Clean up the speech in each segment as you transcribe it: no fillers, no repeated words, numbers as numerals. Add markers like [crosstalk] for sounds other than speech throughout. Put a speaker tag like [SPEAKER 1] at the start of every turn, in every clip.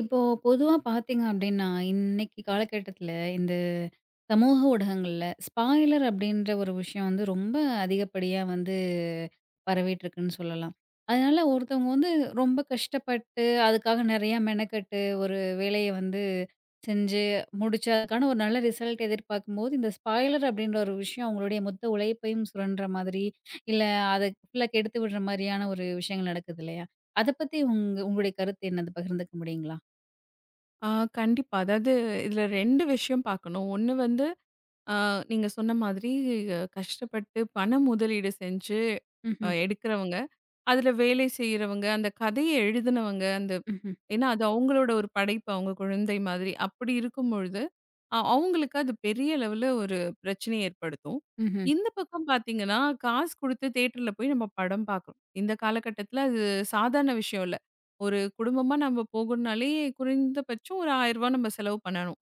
[SPEAKER 1] இப்போ பொதுவா பார்த்தீங்க அப்டின்னா, இன்னைக்கு காலகட்டத்தில இந்த சமூக ஊடகங்கள்ல ஸ்பாயிலர் அப்டின்ற ஒரு விஷயம் வந்து ரொம்ப அதிகப்படியா வந்து பரவிட்டுருக்குன்னு சொல்லலாம். அதனால ஒருத்தவங்க வந்து ரொம்ப கஷ்டப்பட்டு அதுக்காக நெறையா மெனக்கெட்டு ஒரு வேலைய வந்து செஞ்சு முடிச்சு அதுக்கான ஒரு நல்ல ரிசல்ட் எதிர்பார்க்கும்போது, இந்த ஸ்பாயிலர் அப்டின்ற ஒரு விஷயம் அவங்களுடைய மொத்த உழைப்பையும் சுரண்ட்ற மாதிரி, இல்ல அத ஃபுல்லா கெடுத்து விடுற மாரியான ஒரு விஷயங்கள் நடக்குது இல்லையா? அத பத்தி உங்களுடைய கருத்து என்னது? பகிர்ந்துக்க முடியுங்களா?
[SPEAKER 2] ஆ கண்டிப்பா. அதாவது இதுல 2 விஷயம் பார்க்கணும். ஒண்ணு வந்து ஆ நீங்க சொன்ன மாதிரி கஷ்டப்பட்டு பண முதலீடு செஞ்சு
[SPEAKER 1] ம்ஹ்ம்,
[SPEAKER 2] எடுக்கிறவங்க, அதுல வேலை செய்றவங்க, அந்த கதைய எழுதினவங்க,
[SPEAKER 1] ம்ஹ்ம்,
[SPEAKER 2] ஏன்னா அது அவங்களோட ஒரு படைப்பு, அவங்க குழந்தை மாதிரி. அப்படி இருக்கும் பொழுது அவங்களுக்கு அது பெரிய லெவல்ல ஒரு பிரச்சனைய ஏற்படுத்தும்.
[SPEAKER 1] ம்ஹ்ம்.
[SPEAKER 2] இந்த பக்கம் பார்த்தீங்கன்னா, காசு குடுத்து தியேட்டர்ல போய் நம்ம படம் பார்க்குறோம். இந்த காலகட்டத்தில அது சாதாரண விஷயம் இல்ல. ஒரு குடும்பமா நம்ம போகணும்னாலே குறைந்தபட்சம் ஒரு ரூ. 1000 நம்ம செலவு பண்ணணும்.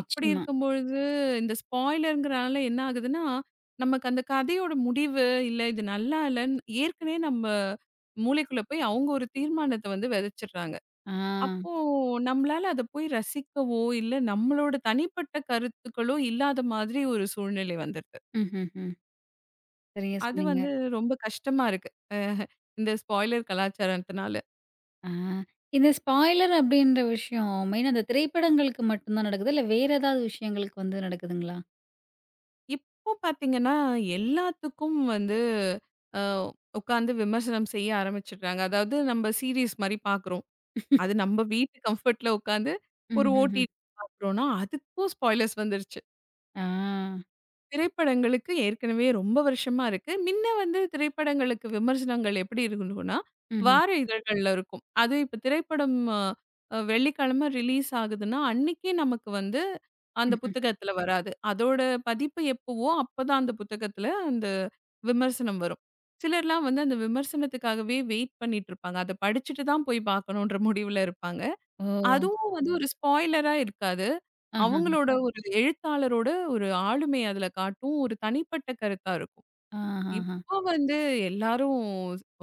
[SPEAKER 2] அப்படி இருக்கும்பொழுது இந்த ஸ்பாய்லர்ங்கிறனால என்ன ஆகுதுன்னா, நமக்கு அந்த கதையோட முடிவு, இல்ல இது நல்லா இல்லன்னு ஏற்கனவே நம்ம மூளைக்குள்ள போய் அவங்க ஒரு தீர்மானத்த வந்து விதைச்சிடுறாங்க.
[SPEAKER 1] ஆ.
[SPEAKER 2] அப்போ நம்மளால அத போய் ரசிக்கவோ, இல்ல நம்மளோட தனிப்பட்ட கருத்துக்களோ இல்லாத மாதிரி ஒரு சூழ்நிலை வந்துருது.
[SPEAKER 1] ம்ஹ்ஹ்ம். சரியா
[SPEAKER 2] அது
[SPEAKER 1] சொன்னீங்க.
[SPEAKER 2] வந்து ரொம்ப கஷ்டமா இருக்கு. அஹ இந்த ஸ்பாய்லர் கலாச்சாரத்தினால.
[SPEAKER 1] ஆ. இந்த ஸ்பாய்லர் அப்படின்ற விஷயம் மெயினா அந்த திரைப்படங்களுக்கு மட்டும் தான் நடக்குதா? இல்ல வேற ஏதாவது விஷயங்களுக்கு வந்து நடக்குதுங்களா?
[SPEAKER 2] இப்போ பார்த்தீங்கன்னா, எல்லாத்துக்கும் வந்து அ உட்காந்து விமர்சனம் செய்ய ஆரம்பிச்சுடுறாங்க. அதாவது நம்ம சீரிஸ் மாரி பார்க்குறோம். அது நம்ம வீட்டு கம்ஃபர்ட்ல உட்காந்து ஒரு
[SPEAKER 1] ம்ஹ்ஹ்ம்.
[SPEAKER 2] ஓடிடி பார்க்குறோம்னா, அதுக்கும் ஸ்பாய்லர்ஸ் வந்துருச்சு.
[SPEAKER 1] ஆ.
[SPEAKER 2] திரைப்படங்களுக்கு ஏற்கனவே ரொம்ப வருஷமா இருக்கு. மின்ன வந்து திரைப்படங்களுக்கு விமர்சனங்கள் எப்படி இருக்கும்னா,
[SPEAKER 1] ம்ஹ்ம்,
[SPEAKER 2] வார இதழ்கள்ல இருக்கும். அது இப்ப திரைப்படம் வெள்ளிக்கிழமை ரிலீஸ் ஆகுதுன்னா, அன்னைக்கே நமக்கு வந்து அந்த
[SPEAKER 1] ம்ஹ்ம்.
[SPEAKER 2] புத்தகத்துல வராது. அதோட பதிப்பு எப்பவோ அப்பதான் அந்த புத்தகத்துல அந்த விமர்சனம் வரும். சிலர்லாம் வந்து அந்த விமர்சனத்துக்காகவே வெயிட் பண்ணிட்டு இருப்பாங்க. அத படிச்சுட்டு தான் போய் பார்க்கணுன்ற முடிவுல இருப்பாங்க.
[SPEAKER 1] ஓ!
[SPEAKER 2] அதுவும் வந்து ஒரு ஸ்பாய்லரா இருக்காது.
[SPEAKER 1] ஆஹஹ.
[SPEAKER 2] அவங்களோட ஒரு எழுத்தாளரோட ஒரு ஆளுமை அதுல காட்டும். ஒரு தனிப்பட்ட கருத்தா இருக்கும்.
[SPEAKER 1] ஆஹஹ.
[SPEAKER 2] இப்போ வந்து எல்லாரும்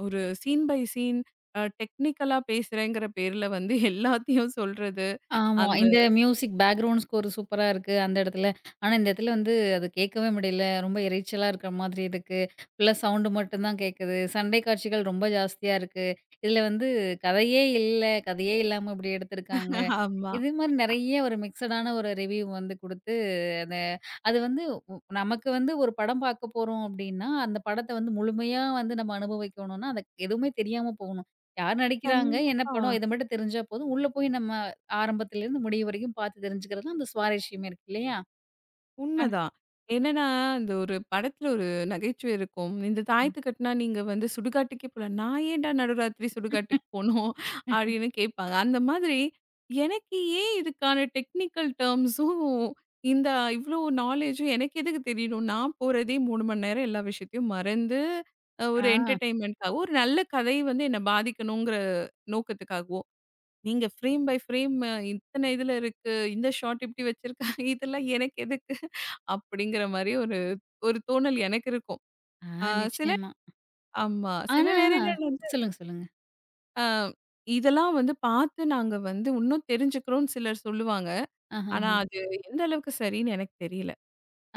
[SPEAKER 2] ஒரு சீன் பை சீன் டெக்னிக்கலா பேசுறேங்கிற பேர்ல வந்து எல்லாத்தையும் சொல்றது.
[SPEAKER 1] ஆமா.
[SPEAKER 2] அந்த
[SPEAKER 1] இந்த மியூசிக் பேக்கிரவுண்ட் ஸ்கோர் சூப்பரா இருக்கு அந்த இடத்துல. ஆனா, இந்த இடத்துல வந்து அது கேட்கவே முடியல. ரொம்ப இரைச்சலா இருக்கிற மாதிரி இருக்கு. ஃபுல்லா சவுண்ட் மட்டும் தான் கேட்குது. சண்டை காட்சிகள் ரொம்ப ஜாஸ்தியா இருக்கு. இதுல வந்து கதையே இல்ல. கதையே இல்லாம இப்படி எடுத்திருக்காங்க.
[SPEAKER 2] [laughs] ஆமா.
[SPEAKER 1] இது மாரி நெறைய ஒரு மிக்ஸ்டான ஒரு ரிவ்யூ வந்து குடுத்து, அத அது வந்து உ நமக்கு வந்து ஒரு படம் பார்க்க போறோம் அப்டின்னா, அந்த படத்த வந்து முழுமையா வந்து நம்ம அனுபவிக்கணும்னா, அதுக்கு எதுவுமே தெரியாம போகணும். யார் நடிக்கிறாங்க? என்ன
[SPEAKER 2] கண்டிப்பா.
[SPEAKER 1] படம்? இத மட்டும் தெரிஞ்சா போதும். உள்ள போய் நம்ம ஆரம்பத்துலேருந்து முடிவு வரைக்கும் பார்த்து தெரிஞ்சுக்கிறது தான் அந்த சுவாரஸ்யமே இருக்கு இல்லையா? ஆ.
[SPEAKER 2] உண்மைதான். என்னன்னா, இந்த ஒரு படத்துல ஒரு நகைச்சுவை இருக்கும். இந்த தாயத்து கட்டுனா நீங்க வந்து சுடுகாட்டுக்கே போல. நான் ஏன்டா நடுராத்திரி சுடுகாட்டுக்கு போணும்?
[SPEAKER 1] ம்.
[SPEAKER 2] அப்படின்னு கேட்பாங்க. அந்த மாதிரி எனக்கு ஏன் இதுக்கான டெக்னிக்கல் டெர்ம்ஸும், இந்த இவ்ளோ நாலேஜும் எனக்கு எதுக்கு தெரியணும்? நான் போறதே 3 மணி நேரம் எல்லா விஷயத்தையும் மறந்து, ஒரு
[SPEAKER 1] ஆ,
[SPEAKER 2] என்டர்டெயின்மெண்ட்க்காகவும், ஒரு நல்ல கதை வந்து என்ன பாதிக்கணுங்கிற நோக்கத்துக்காகவோ நீங்க ஃப்ரேம் பை ஃப்ரேம் இத்தன இதுல இருக்கு. இந்த ஷாட் இப்படி வச்சிருக்காங்க. இதெல்லாம் எனக்கு எதுக்கு? அப்படிங்கிற மாரி ஒரு ஒரு தோணல் எனக்கு இருக்கும். அ
[SPEAKER 1] ஆ,
[SPEAKER 2] சில
[SPEAKER 1] நிச்சயமா.
[SPEAKER 2] ஆமா. சில
[SPEAKER 1] ஆனா
[SPEAKER 2] நேரங்கள் வந்து
[SPEAKER 1] சொல்லுங்க, சொல்லுங்க.
[SPEAKER 2] அ இதெல்லாம் வந்து பார்த்து நாங்க வந்து இன்னும் தெரிஞ்சுக்கிறோம்னு சிலர் சொல்லுவாங்க.
[SPEAKER 1] ஆஹ.
[SPEAKER 2] ஆனா அது எந்த அளவுக்கு சரின்னு எனக்கு தெரியல.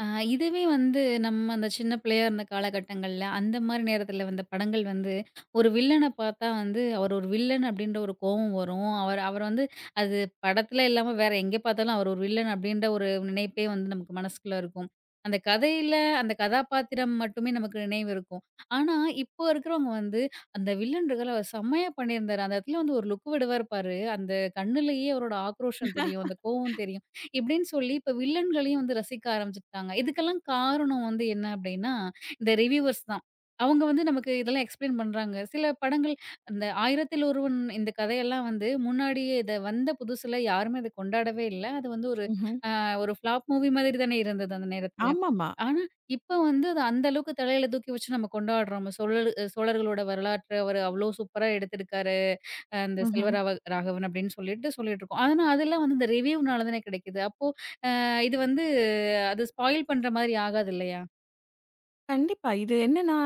[SPEAKER 1] ஆ, இதுவே வந்து நம்ம அந்த சின்ன பிள்ளையா இருந்த காலகட்டங்கள்ல, அந்த மாரி நேரத்துல வந்த படங்கள் வந்து, ஒரு வில்லன பார்த்தா வந்து, அவர் ஒரு வில்லன் அப்டின்ற ஒரு கோவம் வரும். அவர் அவர் வந்து அது படத்துல இல்லாம வேற எங்க பார்த்தாலும் அவர் ஒரு வில்லன் அப்டின்ற ஒரு நினைப்பே வந்து நமக்கு மனசுக்குள்ள இருக்கும். அந்த கதையில அந்த கதாபாத்திரம் மட்டுமே நமக்கு நினைவு இருக்கும். ஆனா, இப்போ இருக்கிறவங்க வந்து, அந்த வில்லன் இருக்கார்ல அவர் செம்மையா பண்ணியிருந்தாரு. அந்த இடத்துல வந்து ஒரு லுக் விடுவாரு பாரு, அந்த கண்ணுலயே அவரோட ஆக்ரோஷம் தெரியும். அந்த கோவம் தெரியும். இப்படின்னு சொல்லி இப்ப வில்லன்களையும் வந்து ரசிக்க ஆரம்பிச்சுட்டாங்க. இதுக்கெல்லாம் காரணம் வந்து என்ன அப்படின்னா, இந்த ரிவ்யூவர்ஸ் தான். அவங்க வந்து நமக்கு இதெல்லாம் எக்ஸ்ப்ளைன் பண்றாங்க. சில படங்கள் அந்த 1000ல் ஒருவன் இந்த கதையெல்லாம் வந்து முன்னாடியே இத வந்த புதுசுல யாருமே அத கொண்டாடவே இல்ல. அது வந்து ஒரு
[SPEAKER 2] ம்ஹ்ம்.
[SPEAKER 1] ஒரு ஃப்ளாப் மூவி மாதிரி தானே இருந்தது அந்த நேரத்துல.
[SPEAKER 2] ஆமாமா.
[SPEAKER 1] ஆனா, இப்ப வந்து அது அந்த அளவுக்கு தலையில தூக்கி வச்சு நம்ம கொண்டாடுறோம். சோழர்களோட வரலாற்ற அவரு அவ்ளோ சூப்பரா எடுத்திருக்காரு. அந்த
[SPEAKER 2] ம்ஹ்ம்.
[SPEAKER 1] செல்வராவ ராகவன் அப்படின்னு சொல்லிட்டு சொல்லிட்டு இருக்கோம். ஆனா, அதெல்லாம் வந்து இந்த ரிவ்யூனால தானே கிடைக்குது. அப்போ அ இது வந்து அது ஸ்பாயில் பண்ற மாதிரி ஆகாது இல்லையா?
[SPEAKER 2] கண்டிப்பா. இது என்னன்னா,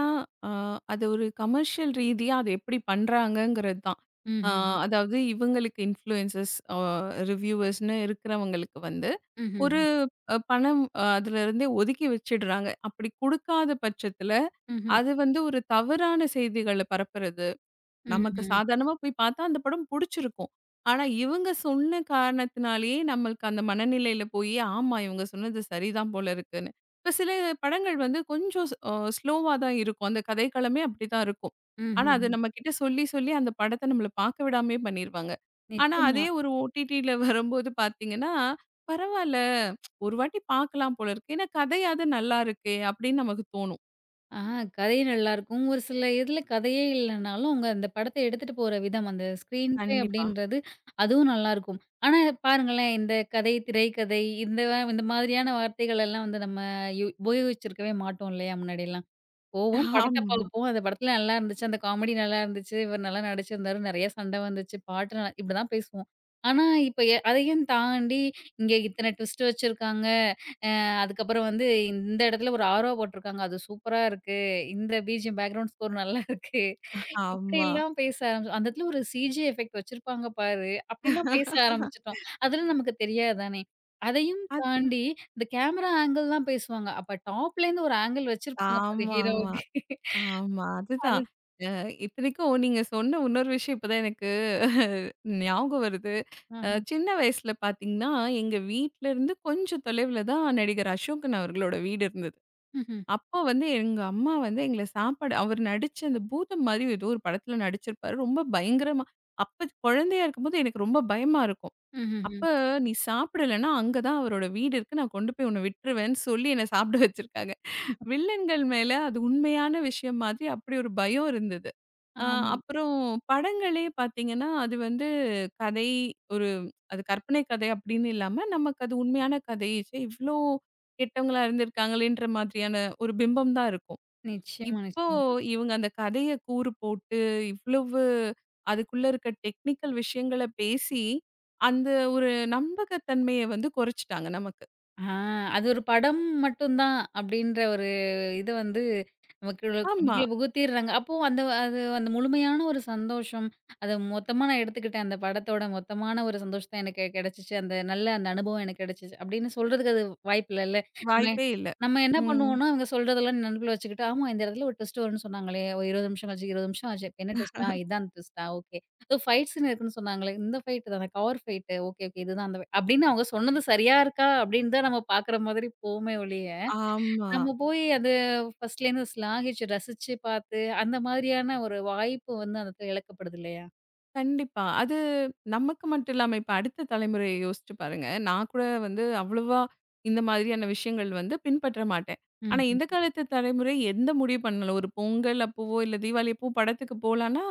[SPEAKER 2] அ அது ஒரு கமர்ஷியல் ரீதியா அது எப்படி பண்றாங்கங்கிறது தான். அ
[SPEAKER 1] ம்ஹ்ஹ்ம்.
[SPEAKER 2] அதாவது இவங்களுக்கு இன்ஃப்ளூயன்சஸ் ரிவ்யூவர்ஸ்ன்னு இருக்கிறவங்களுக்கு வந்து,
[SPEAKER 1] ம்ஹ்ஹ்ம்.
[SPEAKER 2] ஒரு பணம் அதுலருந்தே ஒதுக்கி வச்சுடுறாங்க. அப்படி குடுக்காத பட்சத்துல,
[SPEAKER 1] ம்ஹ்ம்.
[SPEAKER 2] அது வந்து ஒரு தவறான செய்திகள பரப்புறது. நமக்கு
[SPEAKER 1] ம்ஹ்ம்.
[SPEAKER 2] சாதாரணமா போய் பார்த்தா அந்த படம் புடிச்சிருக்கும். ஆனா, இவங்க சொன்ன காரணத்தினாலேயே நம்மளுக்கு அந்த மனநிலையில போயி, ஆமா இவங்க சொன்னது சரிதான் போல இருக்குன்னு. இப்ப சில படங்கள் வந்து கொஞ்சம் ஸ்லோவா தான் இருக்கும். அந்த கதைக்களமே அப்படிதான் இருக்கும். ஆனா, அது
[SPEAKER 1] ம்ஹ்ஹ்ம்.
[SPEAKER 2] நம்மகிட்ட சொல்லி, சொல்லி அந்த படத்த நம்மள பார்க்க விடாமயே பண்ணிருவாங்க. ஆனா,
[SPEAKER 1] நிச்சயமா.
[SPEAKER 2] அதே ஒரு ஓடிடில வரும்போது பார்த்தீங்கன்னா, பரவால்ல ஒரு வாட்டி பார்க்கலாம் போல இருக்கு. ஏன்னா, கதையாவது நல்லா இருக்கே! அப்படின்னு நமக்கு தோணும்.
[SPEAKER 1] ஆ, கதை நல்லாயிருக்கும். ஒரு சில இதுல கதையே இல்லனாலும், அவங்க அந்த படத்த எடுத்துட்டு போற விதம், அந்த ஸ்க்ரீன் ப்ளே
[SPEAKER 2] கண்டிப்பா.
[SPEAKER 1] அப்படின்றது அதுவும் நல்லாயிருக்கும். ஆனா பாருங்களேன், இந்த கதை, திரைக்கதை இந்த இந்த மாதிரியான வார்த்தைகள் எல்லாம் வந்து நம்ம உபயோகிச்சிருக்கவே மாட்டோம் இல்லையா முன்னாடிலாம்? போவோம். படத்த
[SPEAKER 2] ஆமா,
[SPEAKER 1] பார்ப்போம். அந்த படத்துல நல்லா இருந்துச்சு. அந்த காமெடி நல்லா இருந்துச்சு. இவர் நல்லா நடிச்சிருந்தாரு. நெறைய சண்டை வந்துச்சு. பாட்டு நல்லா இப்படிதான் பேசுவோம். ஆனா, இப்ப அதையும் தாண்டி இங்க இத்தன ட்விஸ்ட் வச்சிருக்காங்க. அதுக்கப்புறம் வந்து இந்த இடத்துல ஒரு ஆர்ஓ போட்டிருக்காங்க. அது சூப்பரா இருக்கு. இந்த பிஜிஎம் பேக்ரவுண்ட் ஸ்கோர் நல்லா இருக்கு.
[SPEAKER 2] ஆமா.
[SPEAKER 1] இப்படிலாம் பேச ஆரம்பிச்சோம். அந்த இடத்துல ஒரு சிஜி எஃபெக்ட் வச்சிருப்பாங்க பாரு. அப்படிலாம் பேச ஆரம்பிச்சுட்டோம். அதெல்லாம் நமக்கு தெரியாதுதானே. அதையும் தாண்டி இந்த கேமரா ஆங்கிள்லாம் பேசுவாங்க. அப்ப டாப்லேருந்து ஒரு ஆங்கிள் வச்சிருப்பாங்க பாரு
[SPEAKER 2] ஆமாமா. ஆமா.
[SPEAKER 1] ஹீரோவுக்கு.
[SPEAKER 2] ஆமா
[SPEAKER 1] அது
[SPEAKER 2] அதுதான். அ இத்தனைக்கும் நீங்க சொன்ன இன்னொரு விஷயம் இப்பதான் எனக்கு ஞாபகம் வருது.
[SPEAKER 1] ஆஹா.
[SPEAKER 2] சின்ன வயசுல பார்த்தீங்கன்னா, எங்க வீட்ல இருந்து கொஞ்சம் தொலைவுல தான் நடிகர் அசோகன் அவர்களோட வீடு இருந்தது.
[SPEAKER 1] ம்ஹ்ம்.
[SPEAKER 2] அப்போ வந்து எங்க அம்மா வந்து எங்கள சாப்பாடு அவர் நடிச்ச அந்த பூதம் மாரி ஏதோ ஒரு படத்துல நடிச்சிருப்பாரு. ரொம்ப பயங்கரமா அப்ப குழந்தையா இருக்கும்போது எனக்கு ரொம்ப பயமா இருக்கும்.
[SPEAKER 1] ம்ஹ்ஹ்ம்.
[SPEAKER 2] அப்ப "நீ சாப்பிடலன்னா, அங்க தான் அவரோட வீடு இருக்கு. நான் கொண்டு போய் உன்ன விட்டுருவேன்னு" சொல்லி என்ன சாப்பிட வச்சிருக்காங்க. வில்லன்கள் மேல அது உண்மையான விஷயம் மாதிரி அப்படி ஒரு பயம் இருந்தது. அ
[SPEAKER 1] ஆமா.
[SPEAKER 2] அப்புறம் படங்களே பார்த்தீங்கன்னா, அது வந்து கதை ஒரு அது கற்பனை கதை அப்படின்னு இல்லாம, நமக்கு அது உண்மையான கதை. ச்சே! இவ்ளோ கெட்டவங்களா இருந்திருக்காங்களேன்ற மாதிரியான ஒரு பிம்பம் தான் இருக்கும்.
[SPEAKER 1] நிச்சயமா,
[SPEAKER 2] இப்போ
[SPEAKER 1] நிச்சயமா.
[SPEAKER 2] இவங்க அந்த கதைய கூறு போட்டு, இவ்வளவு அதுக்குள்ள இருக்க டெக்னிக்கல் விஷயங்கள பேசி, அந்த ஒரு நம்பகத்தன்மைய வந்து குறைச்சுட்டாங்க நமக்கு.
[SPEAKER 1] ஆ, அது ஒரு படம் மட்டும் தான் அப்படின்ற ஒரு இது வந்து நமக்குள்ள
[SPEAKER 2] ஆமா.
[SPEAKER 1] நமக்குள்ள புகுத்திர்றாங்க. அப்போ அந்த அது அந்த முழுமையான ஒரு சந்தோஷம், அத மொத்தமா நான் எடுத்துக்கிட்டேன். அந்த படத்தோட மொத்தமான ஒரு சந்தோஷம் தான் எனக்கு கிடைச்சுச்சு. அந்த நல்ல அந்த அனுபவம் எனக்கு கிடைச்சுச்சு அப்படின்னு சொல்றதுக்கு அது வாய்ப்பு இல்லல்ல. நம்ம
[SPEAKER 2] வாய்ப்பே இல்ல.
[SPEAKER 1] நம்ம என்ன
[SPEAKER 2] ம்.
[SPEAKER 1] பண்ணுவோம்னா, அவங்க சொல்றதெல்லாம் நெனப்புல வச்சுக்கிட்டு, ஆமா இந்த இடத்துல ஒரு ட்விஸ்ட் வரும்ன்னு சொன்னாங்களே, ஒரு 20 நிமிஷம் கழிச்சு, 20 நிமிஷம் ஆச்சு. இப்ப என்ன ட்விஸ்ட்டா? இதான் ட்விஸ்ட்டா? ஓகே. ஃபைட் சீன் இருக்குன்னு சொன்னாங்களே, இந்த ஃபைட் தான கார் ஃபைட்டு. Okay, okay. இதுதான் அந்த fight. அப்படின்னு அவங்க சொன்னது சரியா இருக்கா அப்படின்னு தான் நம்ம பாக்குற மாதிரி போவோமே ஒழிய,
[SPEAKER 2] ஆமா.
[SPEAKER 1] நம்ம போய் அது ஃபர்ஸ்ட்லேருந்து ஸ்லாகிச்சு ரசிச்சு பார்த்து அந்த மாதிரியான ஒரு வாய்ப்பு வந்து அந்த இடத்துல இழக்கப்படுது இல்லையா?
[SPEAKER 2] கண்டிப்பா. அது நமக்கு மட்டும் இல்லாம, இப்ப அடுத்த தலைமுறைய யோசிச்சு பாருங்க. நான் கூட வந்து அவ்வளவா இந்த மாதிரியான விஷயங்கள் வந்து பின்பற்ற மாட்டேன். ஆனா, இந்த
[SPEAKER 1] ம்ஹ்ம்.
[SPEAKER 2] காலத்து தலைமுறை எந்த முடிவு பண்ணல. ஒரு பொங்கல் அப்பவோ, இல்ல தீபாவளி அப்போ படத்துக்கு போலான்னா,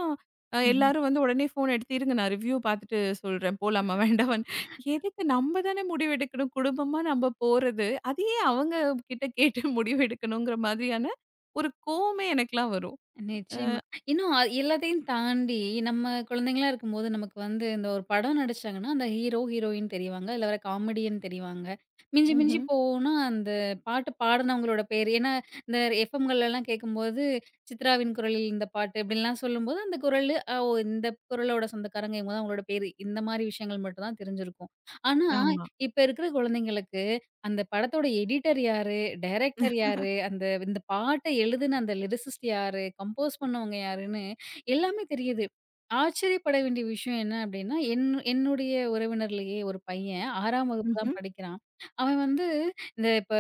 [SPEAKER 1] ம்ஹ்ம்.
[SPEAKER 2] எல்லாரும் வந்து உடனே ஃபோன் எடுத்து, "இருங்க நான் ரிவ்யூ பாத்துட்டு சொல்றேன். போலாமா வேண்டாமான்னு." எதுக்கு நம்ம தானே முடிவெடுக்கணும். குடும்பமா நம்ம போறது. அது ஏன் அவங்க கிட்ட கேட்டு [laughs] முடிவெடுக்கணுங்கிற மாதிரியான ஒரு கோவமே எனக்கெல்லாம் வரும். அ
[SPEAKER 1] நிச்சயமா. இன்னும் எல்லாத்தையும் தாண்டி, நம்ம குழந்தைங்களா இருக்கும்போது, நமக்கு வந்து இந்த ஒரு படம் நடிச்சாங்கன்னா, அந்த ஹீரோ, ஹீரோயின் தெரிவாங்க. இல்ல வேற காமெடியன் தெரிவாங்க. மிஞ்சி மிஞ்சி
[SPEAKER 2] ம்ஹ்ம்.
[SPEAKER 1] போனா, அந்த பாட்டு பாடுனவங்களோட பேரு. ஏன்னா, இந்த எஃப்எம்கள்லலாம் கேட்கும்போது, "சித்ராவின் குரலில் இந்த பாட்டு" இப்படின்லாம் சொல்லும்போது, அந்த குரலு, "அ ஓ! இந்த குரலோட சொந்தக்காரங்க இவங்க தான்" அவங்களோட பேரு. இந்த மாரி விஷயங்கள் மட்டும் தான் தெரிஞ்சிருக்கும். ஆனா,
[SPEAKER 2] ஆமா.
[SPEAKER 1] இப்ப இருக்கிற குழந்தைங்களுக்கு அந்த படத்தோட எடிட்டர் யாரு? டைரக்டர் யாரு? அந்த இந்த பாட்ட எழுதுன அந்த லிரிசிஸ்ட் யாரு? கம்போஸ் பண்ணவங்க யாருன்னு எல்லாமே தெரியுது. ஆச்சரியப்பட வேண்டிய விஷயம் என்ன அப்டின்னா, என்னுடைய உறவினர்லயே ஒரு பையன் 6ஆம் வகுப்பு தான்
[SPEAKER 2] ம்ஹ்ம்.
[SPEAKER 1] படிக்கிறான். அவன் வந்து இந்த இப்ப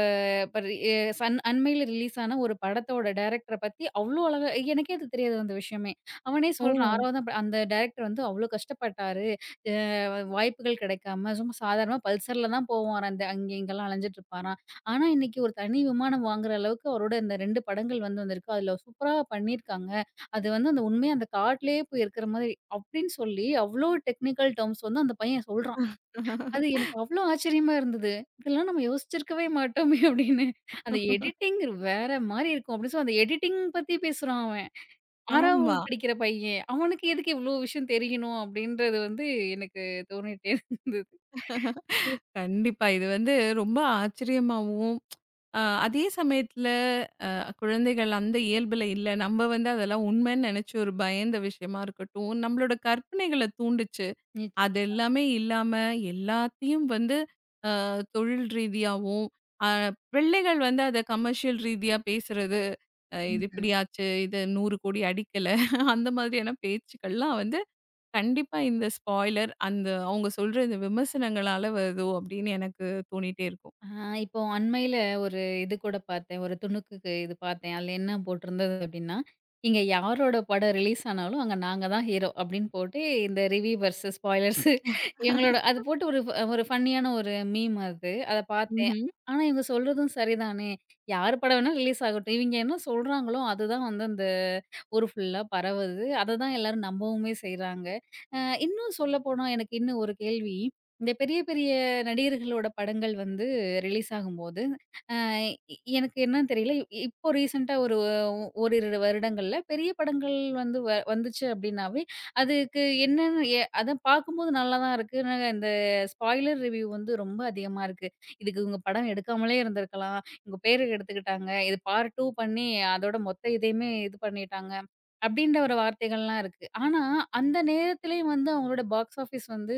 [SPEAKER 1] இப்ப ரி எ சன் அண்மையில ரிலீஸ் ஆன ஒரு படத்தோட டைரக்டர பத்தி அவ்ளோ அழகா எனக்கே அது தெரியாது அந்த விஷயமே. அவனே
[SPEAKER 2] ஓ!
[SPEAKER 1] சொல்றான் 6வதா அந்த டைரக்டர் வந்து அவ்ளோ கஷ்டப்பட்டாரு. வாய்ப்புகள் கிடைக்காம, சும்மா சாதாரணமா பல்சர்ல தான் போவாராம். இந்த அங்கே இங்கெல்லாம் அலைஞ்சுட்டு இருப்பாராம். ஆனா, இன்னைக்கு ஒரு தனி விமானம் வாங்குற அளவுக்கு அவரோட இந்த 2 படங்கள் வந்து வந்திருக்கு. அதில சூப்பரா பண்ணியிருக்காங்க. அது வந்து அந்த உண்மையா அந்த காட்டிலேயே போய் இருக்கிற மாதிரி அப்படின்னு சொல்லி, அவ்ளோ டெக்னிக்கல் டெர்ம்ஸ் வந்து அந்த பையன் சொல்றான். அது
[SPEAKER 2] [laughs]
[SPEAKER 1] எனக்கு அவ்ளோ ஆச்சரியமா இருந்தது. இதெல்லாம் நம்ம யோசிச்சிருக்கவே மாட்டோமே அப்படின்னு. அந்த எடிட்டிங் வேற மாரி இருக்கும். அப்படி சொல்லி அந்த எடிட்டிங் பத்தி பேசுறான் அவன். 6ஆம்
[SPEAKER 2] ஆமா.
[SPEAKER 1] வகுப்பு படிக்கிற பையன். அவனுக்கு எதுக்கு இவ்ளோ விஷயம் தெரியணும் அப்டின்றது வந்து எனக்கு தோணிட்டே இருந்தது.
[SPEAKER 2] கண்டிப்பா. இது வந்து ரொம்ப ஆச்சரியமாவும், அ அதே சமயத்துல அ குழந்தைகள் அந்த இயல்புல இல்ல. நம்ம வந்து அதெல்லாம் உண்மைன்னு நெனச்சு ஒரு பயந்த விஷயமா இருக்கட்டும், நம்மளோட கற்பனைகள தூண்டுச்சு. அது
[SPEAKER 1] நிச்சயம்.
[SPEAKER 2] எல்லாமே இல்லாம எல்லாத்தையும் வந்து அ தொழில் ரீதியாவும், அ பிள்ளைகள் வந்து அத கமர்ஷியல் ரீதியா பேசுறது, இது
[SPEAKER 1] ம்ஹ்ம்.
[SPEAKER 2] இப்படி ஆச்சு, இது 100 கோடி அடிக்கல, அந்த மாதிரியான பேச்சுக்கள்லாம் வந்து கண்டிப்பா இந்த ஸ்பாய்லர், அந்த அவங்க சொல்ற இந்த விமர்சனங்களால வருதோ அப்படின்னு எனக்கு தோணிட்டே இருக்கும்.
[SPEAKER 1] ஆ, இப்போ அண்மையில ஒரு இது கூட பார்த்தேன். ஒரு துணுக்குக்கு இது பார்த்தேன். அதுல என்ன போட்டிருந்தது அப்டின்னா, "இங்க யாரோட படம் ரிலீஸ் ஆனாலும் அங்க நாங்க தான் ஹீரோ" அப்டின்னு போட்டு இந்த ரிவ்யூ வெர்சஸ் ஸ்பாய்லர்ஸ் இவங்களோட அது போட்டு ஒரு ஃபன்னியான ஒரு மீம் அது. அத பார்த்தேன்.
[SPEAKER 2] ம்ஹ்ம்.
[SPEAKER 1] ஆனா இவங்க சொல்றதும் சரிதானே. யார் படம் வேணா ரிலீஸ் ஆகட்டும். இவங்க என்ன சொல்றாங்களோ அதுதான் வந்து அந்த ஊர் ஃபுல்லா பரவுது. அததான் எல்லாரும் நம்பவுமே செய்றாங்க. அ இன்னும் சொல்லப்போனா எனக்கு இன்னும் ஒரு கேள்வி. இந்த பெரிய பெரிய நடிகர்களோட படங்கள் வந்து ரிலீஸ் ஆகும்போது, அ எ எனக்கு என்னன்னு தெரியல. இப்போ ரீசென்ட்டா ஒரு ஒ ஓரிரு வருடங்கள்ல பெரிய படங்கள் வந்து வந்துச்சு அப்டின்னாவே, அதுக்கு என்னன்னு அத பார்க்கும்போது நல்லா தான் இருக்கு. ஆனா இந்த ஸ்பாய்லர் ரிவ்யூ வந்து ரொம்ப அதிகமா இருக்கு. இதுக்கு இவங்க படம் எடுக்காமலே இருந்திருக்கலாம். இவங்க பேர கெடுத்துக்கிட்டாங்க. இது பார்ட் 2 பண்ணி அதோட மொத்த இதையுமே இது பண்ணிட்டாங்க. அப்படின்ற ஒரு வார்த்தைகள்லாம் இருக்கு. ஆனா, அந்த நேரத்திலயும் வந்து அவங்களோட பாக்ஸ் ஆஃபிஸ் வந்து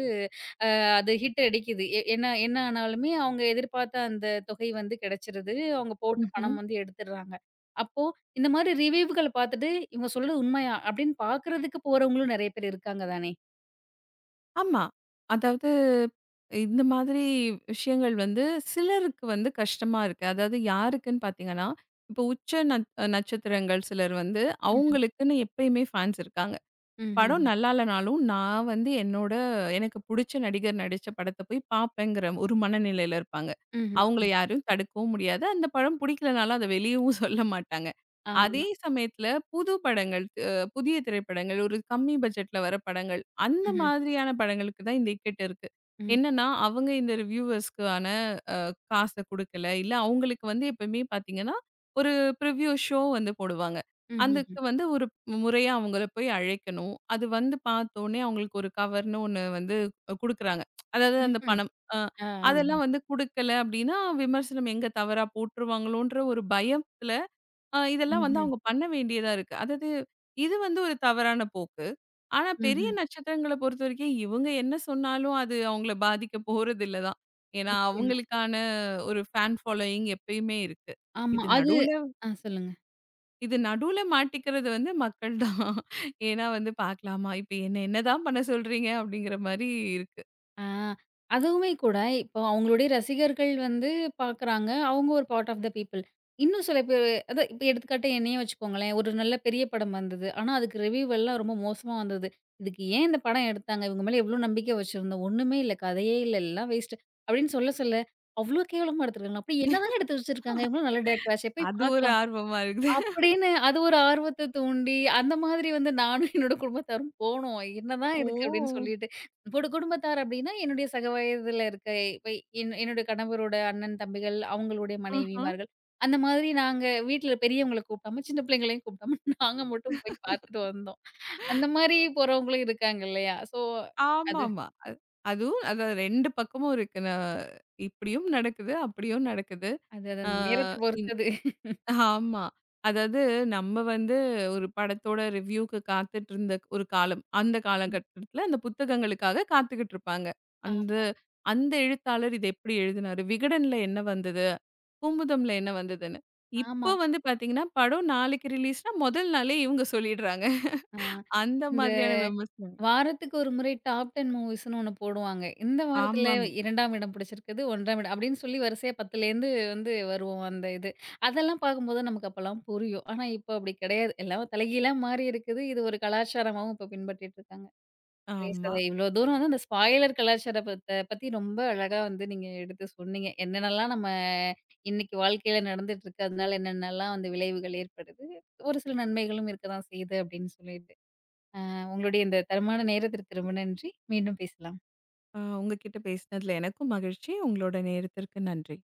[SPEAKER 1] அது ஹிட் அடிக்குது. என்ன என்ன ஆனாலுமே அவங்க எதிர்பார்த்த அந்த தொகை வந்து கிடைச்சிருது. அவங்க போட்ட
[SPEAKER 2] ம்ஹ்ம்.
[SPEAKER 1] பணம் வந்து எடுத்துடுறாங்க. அப்போ இந்த மாரி ரிவ்யூவுகள பார்த்துட்டு, "இவங்க சொல்றது உண்மையா?" அப்படின்னு பார்க்கறதுக்கு போறவங்களும் நெறைய பேர் இருக்காங்க தானே.
[SPEAKER 2] ஆமா. அதாவது இந்த மாதிரி விஷயங்கள் வந்து சிலருக்கு வந்து கஷ்டமா இருக்கு. அதாவது யாருக்குன்னு பார்த்தீங்கன்னா, இப்போ உச்ச நட்சத்திரங்கள் சிலர் வந்து
[SPEAKER 1] ம்ஹ்ம்.
[SPEAKER 2] அவங்களுக்குன்னு எப்பயுமே ஃபேன்ஸ் இருக்காங்க.
[SPEAKER 1] ம்ஹ்ஹ்ம்.
[SPEAKER 2] படம் நல்லா இல்லனாலும், நான் வந்து எனக்கு புடிச்ச நடிகர் நடிச்ச படத்த போய் பாப்பேங்கிற ஒரு மனநிலையில இருப்பாங்க. அவங்கள
[SPEAKER 1] ம்ஹ்ஹ்ம்.
[SPEAKER 2] யாரையும் தடுக்கவும் முடியாது. அந்த படம் பிடிக்கலனாலும் அத வெளியவும் [laughs] சொல்ல மாட்டாங்க.
[SPEAKER 1] ஆமா.
[SPEAKER 2] அதே சமயத்துல புது படங்கள், புதிய திரைப்படங்கள், ஒரு கம்மி பட்ஜெட்ல வர படங்கள், அந்த
[SPEAKER 1] ம்ஹ்ம்.
[SPEAKER 2] மாதிரியான படங்களுக்கு தான் இந்த இக்கட்டு இருக்கு.
[SPEAKER 1] ம்.
[SPEAKER 2] என்னன்னா, அவங்க இந்த ரிவ்யூவர்ஸ்க்கான அ காச குடுக்கல. இல்ல அவங்களுக்கு வந்து எப்பவுமே பாத்தீங்கன்னா, ஒரு ப்ரிவ்யூ ஷோ வந்து போடுவாங்க.
[SPEAKER 1] ம்ஹ்ஹ்ம்.
[SPEAKER 2] அதுக்கு வந்து ஒரு முறையா அவங்கள போய் அழைக்கணும். அது வந்து பார்த்தோனே அவங்களுக்கு ஒரு கவர்ன்னு ஒண்ணு வந்து குடுக்குறாங்க. அதாவது அந்த
[SPEAKER 1] ம்ஹ்ம்.
[SPEAKER 2] பணம்.
[SPEAKER 1] ஆ, ஆ.
[SPEAKER 2] அதெல்லாம் வந்து குடுக்கல அப்டின்னா, விமர்சனம் எங்க தவறா போட்டுருவாங்களோன்ற ஒரு பயத்துல, இதெல்லாம் வந்து
[SPEAKER 1] ம்ஹ்ம்.
[SPEAKER 2] அவங்க பண்ண வேண்டியதா இருக்கு. அதாவது இது வந்து ஒரு தவறான போக்கு. ஆனா பெரிய
[SPEAKER 1] ம்ஹ்ம்.
[SPEAKER 2] நட்சத்திரங்கள பொறுத்தவரைக்கும் இவங்க என்ன சொன்னாலும் அது அவங்கள பாதிக்க போறதில்ல தான். ஏன்னா
[SPEAKER 1] நிச்சயமா.
[SPEAKER 2] அவங்களுக்கான ஒரு ஃபேன் ஃபாலோயிங் எப்பயுமே இருக்கு.
[SPEAKER 1] ஆமா.
[SPEAKER 2] இது
[SPEAKER 1] அது
[SPEAKER 2] நடுவுல
[SPEAKER 1] ஆ, சொல்லுங்க.
[SPEAKER 2] இது நடுவுல மாட்டிக்கிறது வந்து மக்கள் தான். ஏன்னா வந்து பார்க்கலாமா? இப்ப என்ன என்னதான் பண்ண சொல்றீங்க? அப்படிங்கிற மாரி இருக்கு.
[SPEAKER 1] ஆ. அதுவுமே கூட இப்போ அவங்களுடைய ரசிகர்கள் வந்து பார்க்குறாங்க. அவங்க ஒரு பார்ட் ஆஃப் த பீப்பிள். இன்னும் சில பேர் அதான் இப்ப எடுத்துக்காட்டா என்னையே வச்சுக்கோங்களேன். ஒரு நல்ல பெரிய படம் வந்தது. ஆனா அதுக்கு ரிவ்யூ எல்லாம் ரொம்ப மோசமா வந்தது. இதுக்கு ஏன் இந்த படம் எடுத்தாங்க? இவங்க மேல எவ்ளோ நம்பிக்கை வச்சிருந்தோம். ஒண்ணுமே இல்ல. கதையே இல்ல. எல்லாம் வேஸ்ட் அப்படின்னு சொல்ல சொல்ல அவ்ளோ கேவலமா எடுத்துருக்காங்க. அப்படி என்னதான் எடுத்து வச்சிருக்காங்க? இவங்களும் நல்ல டைரக்டர் ஆச்சே போய்
[SPEAKER 2] அது ஒரு
[SPEAKER 1] பார்க்கலாம்.
[SPEAKER 2] ஆர்வமா இருக்குது.
[SPEAKER 1] அப்படின்னு அது ஒரு ஆர்வத்த தூண்டி, அந்த மாதிரி வந்து நானும் என்னோட குடும்பத்தாரும் போனோம். "என்னதான் இருக்கு?" அப்படின்னு
[SPEAKER 2] ஓ!
[SPEAKER 1] சொல்லிட்டு. என்னோட குடும்பத்தார் அப்படின்னா, என்னுடைய சக வயதில இருக்க இப்ப என்னுடைய கணவரோட அண்ணன், தம்பிகள், அவங்களுடைய
[SPEAKER 2] ஆஹா.
[SPEAKER 1] மனைவிமார்கள். அந்த மாதிரி நாங்க வீட்ல பெரியவங்கள கூப்பிடாம, சின்ன பிள்ளைங்களையும் கூப்பிடாம [laughs] நாங்க மட்டும் போய் பார்த்துட்டு வந்தோம். அந்த மாரி போறவங்களும் இருக்காங்க இல்லையா? ஸோ அது
[SPEAKER 2] ஆமாமா. அது அதுவும் அத 2 பக்கமும் இருக்கு. நான் இப்படியும் நடக்குது, அப்படியும் நடக்குது.
[SPEAKER 1] அது அது
[SPEAKER 2] ஆ.
[SPEAKER 1] அந்த நேரத்த பொறுத்தது.
[SPEAKER 2] ஆமா. அதாவது நம்ம வந்து ஒரு படத்தோட ரிவ்யூக்கு காத்துட்டு இருந்த ஒரு காலம். அந்த காலகட்டத்துல அந்த புத்தகங்களுக்காக காத்துக்கிட்டு இருப்பாங்க.
[SPEAKER 1] ஆ.
[SPEAKER 2] அந்த அந்த எழுத்தாளர் இத எப்படி எழுதினாரு? விகடன்ல என்ன வந்தது? பூம்புதம்ல என்ன வந்ததுன்னு.
[SPEAKER 1] ஆமா.
[SPEAKER 2] இப்போ வந்து பார்த்தீங்கன்னா, படம் நாளைக்கு ரிலீஸ்னா முதல் நாளே இவங்க சொல்லிடுறாங்க.
[SPEAKER 1] ஆ,
[SPEAKER 2] அந்த
[SPEAKER 1] இந்த
[SPEAKER 2] மாதிரியான விமர்சனம்.
[SPEAKER 1] வாரத்துக்கு ஒரு முறை டாப் 10 மூவிஸ்ன்னு ஒண்ணு போடுவாங்க. இந்த வாரத்துல
[SPEAKER 2] ஆமாம்.
[SPEAKER 1] 2ஆம் இடம் பிடிச்சிருக்குது, 1ஆம் இடம் அப்படின்னு சொல்லி வரிசையா 10லேருந்து வந்து வரும் அந்த இது. அதெல்லாம் பார்க்கும்போது நமக்கு அப்பலாம் புரியும். ஆனா இப்ப அப்படி கிடையாது. எல்லாம் தலைகீழா மாறி இருக்குது. இது ஒரு கலாச்சாரமாவும் இப்ப பின்பற்றிட்டு இருக்காங்க. சரி
[SPEAKER 2] ஆமா.
[SPEAKER 1] சதா இவ்வளோ தூரம் வந்து அந்த ஸ்பாயிலர் கலாச்சாரத்த பத்தி ரொம்ப அழகா வந்து நீங்க எடுத்து சொன்னீங்க. என்னென்னலாம் நம்ம இன்னைக்கு வாழ்க்கையில நடந்துட்டு இருக்கு. அதனால என்னென்னலாம் வந்து விளைவுகள் ஏற்படுது. ஒரு சில நன்மைகளும் இருக்க தான் செய்யுது அப்படின்னு சொல்லிட்டு. உங்களுடைய இந்த தரமான நேரத்திற்கு ரொம்ப நன்றி. மீண்டும் பேசலாம்.
[SPEAKER 2] உங்ககிட்ட பேசினதுல எனக்கும் மகிழ்ச்சி. உங்களோட நேரத்திற்கு நன்றி.